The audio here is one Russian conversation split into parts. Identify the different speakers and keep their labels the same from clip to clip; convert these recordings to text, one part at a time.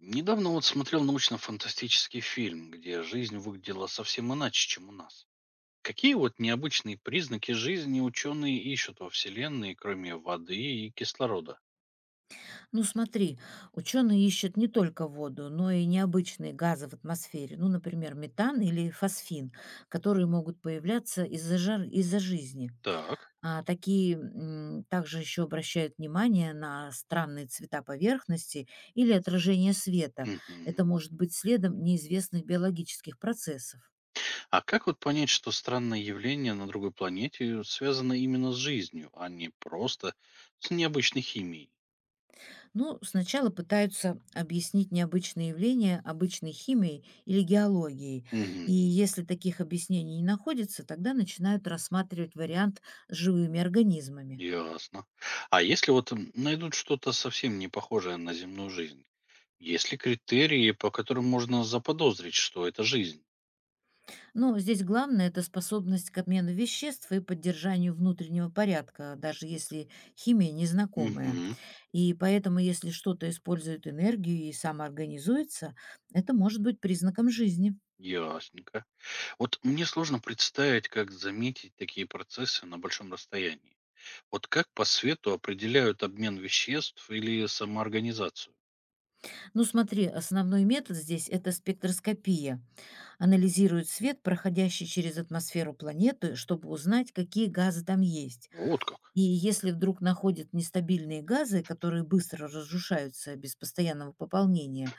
Speaker 1: Недавно вот смотрел научно-фантастический фильм, где жизнь выглядела совсем иначе, чем у нас. Какие вот необычные признаки жизни ученые ищут во Вселенной, кроме воды и кислорода?
Speaker 2: Ну смотри, ученые ищут не только воду, но и необычные газы в атмосфере, ну, например, метан или фосфин, которые могут появляться из-за жизни.
Speaker 1: Так.
Speaker 2: А такие также еще обращают внимание на странные цвета поверхности или отражение света.
Speaker 1: Мгм.
Speaker 2: Это может быть следом неизвестных биологических процессов.
Speaker 1: А как вот понять, что странное явление на другой планете связано именно с жизнью, а не просто с необычной химией?
Speaker 2: Ну, сначала пытаются объяснить необычные явления обычной химией или геологией.
Speaker 1: Мгм.
Speaker 2: И если таких объяснений не находится, тогда начинают рассматривать вариант с живыми организмами.
Speaker 1: Ясно. А если вот найдут что-то совсем не похожее на земную жизнь, есть ли критерии, по которым можно заподозрить, что это жизнь?
Speaker 2: Но здесь главное– это способность к обмену веществ и поддержанию внутреннего порядка, даже если химия незнакомая.
Speaker 1: Мгм.
Speaker 2: И поэтому, если что-то использует энергию и самоорганизуется, это может быть признаком жизни.
Speaker 1: Ясненько. Вот мне сложно представить, как заметить такие процессы на большом расстоянии. Вот как по свету определяют обмен веществ или самоорганизацию?
Speaker 2: Ну, смотри, основной метод здесь– это спектроскопия. Анализируют свет, проходящий через атмосферу планеты, чтобы узнать, какие газы там есть.
Speaker 1: Вот как.
Speaker 2: И если вдруг находят нестабильные газы, которые быстро разрушаются без постоянного пополнения,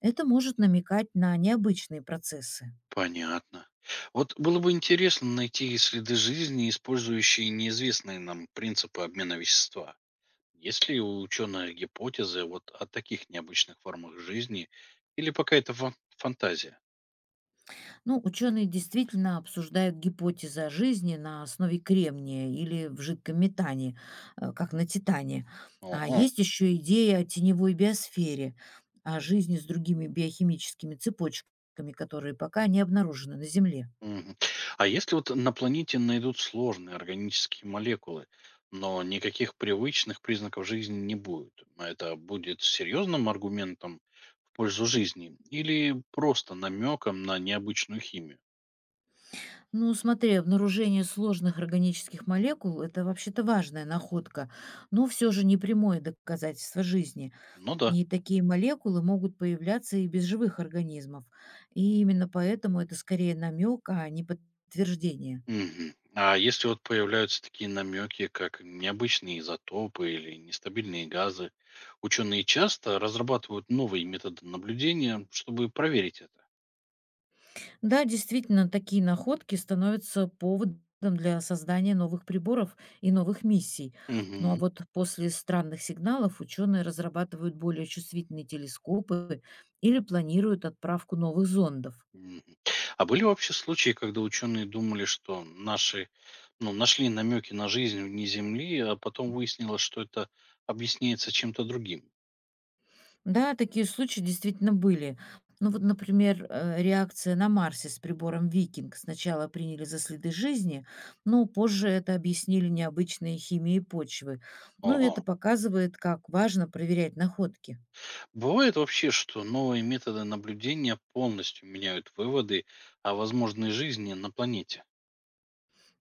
Speaker 2: это может намекать на необычные процессы.
Speaker 1: Понятно. Вот было бы интересно найти следы жизни, использующие неизвестные нам принципы обмена вещества. Есть ли у ученых гипотезы вот о таких необычных формах жизни, или пока это фантазия?
Speaker 2: Ну, ученые действительно обсуждают гипотезы о жизни на основе кремния или в жидком метане, как на Титане. А
Speaker 1: Ого.
Speaker 2: есть еще идея о теневой биосфере, о жизни с другими биохимическими цепочками, которые пока не обнаружены на Земле.
Speaker 1: Мгм. А если вот на планете найдут сложные органические молекулы, но никаких привычных признаков жизни не будет, а это будет серьезным аргументом в пользу жизни или просто намеком на необычную химию?
Speaker 2: Ну, смотри, обнаружение сложных органических молекул– это вообще-то важная находка, но все же не прямое доказательство жизни.
Speaker 1: Ну да.
Speaker 2: И такие молекулы могут появляться и без живых организмов. И именно поэтому это скорее намек, а не подтверждение.
Speaker 1: Мгм. А если вот появляются такие намеки, как необычные изотопы или нестабильные газы, ученые часто разрабатывают новые методы наблюдения, чтобы проверить это.
Speaker 2: Да, действительно, такие находки становятся поводом для создания новых приборов и новых миссий. Ну а
Speaker 1: Мгм.
Speaker 2: вот после странных сигналов ученые разрабатывают более чувствительные телескопы или планируют отправку новых зондов.
Speaker 1: А были вообще случаи, когда ученые думали, что наши, ну, нашли намеки на жизнь вне Земли, а потом выяснилось, что это объясняется чем-то другим?
Speaker 2: Да, такие случаи действительно были. Ну вот, например, реакция на Марсе с прибором «Викинг» сначала приняли за следы жизни, но позже это объяснили необычной химией почвы. Ну и
Speaker 1: Ого.
Speaker 2: это показывает, как важно проверять находки.
Speaker 1: Бывает вообще, что новые методы наблюдения полностью меняют выводы о возможной жизни на планете.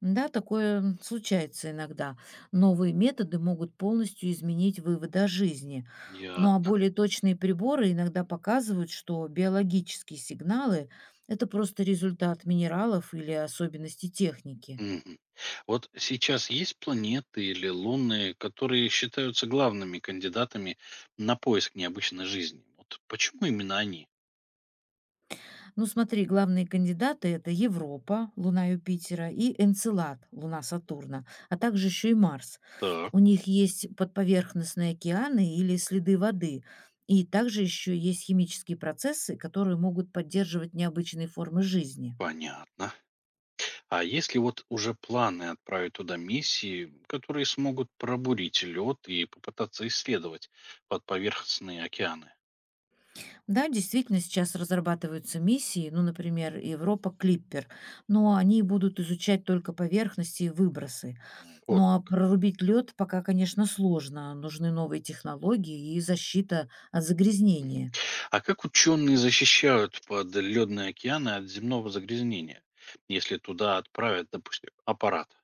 Speaker 2: Да, такое случается иногда. Новые методы могут полностью изменить выводы о жизни.
Speaker 1: Я...
Speaker 2: Ну а более точные приборы иногда показывают, что биологические сигналы– это просто результат минералов или особенностей техники.
Speaker 1: Мгм. Вот сейчас есть планеты или луны, которые считаются главными кандидатами на поиск необычной жизни. Вот почему именно они?
Speaker 2: Ну смотри, главные кандидаты– это Европа, Луна Юпитера, и Энцелад, Луна Сатурна, а также еще и Марс.
Speaker 1: Так,
Speaker 2: У них есть подповерхностные океаны или следы воды, и также еще есть химические процессы, которые могут поддерживать необычные формы жизни.
Speaker 1: понятно. А если вот уже планы отправить туда миссии, которые смогут пробурить лед и попытаться исследовать подповерхностные океаны?
Speaker 2: Да, действительно, сейчас разрабатываются миссии, ну, например, Европа Клиппер, но они будут изучать только поверхности и выбросы.
Speaker 1: Ну, вот
Speaker 2: Ну, а
Speaker 1: как.
Speaker 2: прорубить лед пока, конечно, сложно. Нужны новые технологии и защита от
Speaker 1: М.
Speaker 2: загрязнения.
Speaker 1: А как ученые защищают подледные океаны от земного загрязнения, если туда отправят, допустим, аппарат?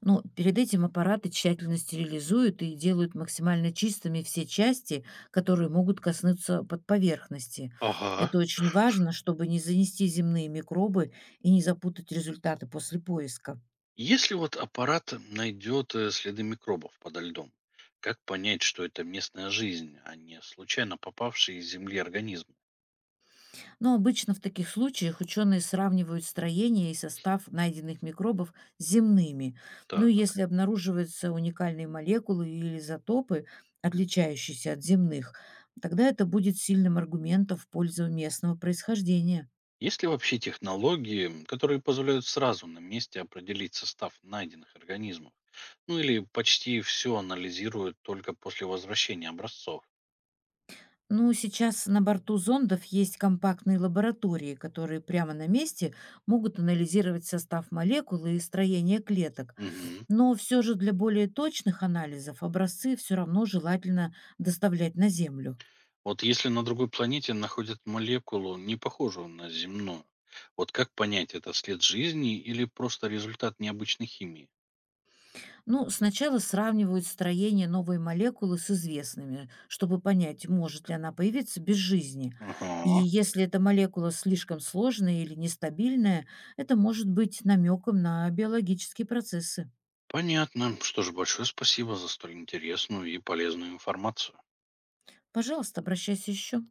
Speaker 2: Но перед этим аппараты тщательно стерилизуют и делают максимально чистыми все части, которые могут коснуться под поверхности.
Speaker 1: Ага.
Speaker 2: Это очень важно, чтобы не занести земные микробы и не запутать результаты после поиска.
Speaker 1: Если вот аппарат найдет следы микробов подо льдом, как понять, что это местная жизнь, а не случайно попавшие из Земли организмы?
Speaker 2: Но обычно в таких случаях ученые сравнивают строение и состав найденных микробов с земными. Ну и если обнаруживаются уникальные молекулы или изотопы, отличающиеся от земных, тогда это будет сильным аргументом в пользу местного происхождения.
Speaker 1: Есть ли вообще технологии, которые позволяют сразу на месте определить состав найденных организмов? Ну или почти все анализируют только после возвращения образцов?
Speaker 2: Ну, сейчас на борту зондов есть компактные лаборатории, которые прямо на месте могут анализировать состав молекул и строение клеток.
Speaker 1: Мгм.
Speaker 2: Но все же для более точных анализов образцы все равно желательно доставлять на Землю.
Speaker 1: Вот если на другой планете находят молекулу, не похожую на земную, вот как понять, это след жизни или просто результат необычной химии?
Speaker 2: Ну, сначала сравнивают строение новой молекулы с известными, чтобы понять, может ли она появиться без жизни. И
Speaker 1: Ага.
Speaker 2: если эта молекула слишком сложная или нестабильная, это может быть намеком на биологические процессы.
Speaker 1: Понятно. Что ж, большое спасибо за столь интересную и полезную информацию.
Speaker 2: Пожалуйста, обращайся еще.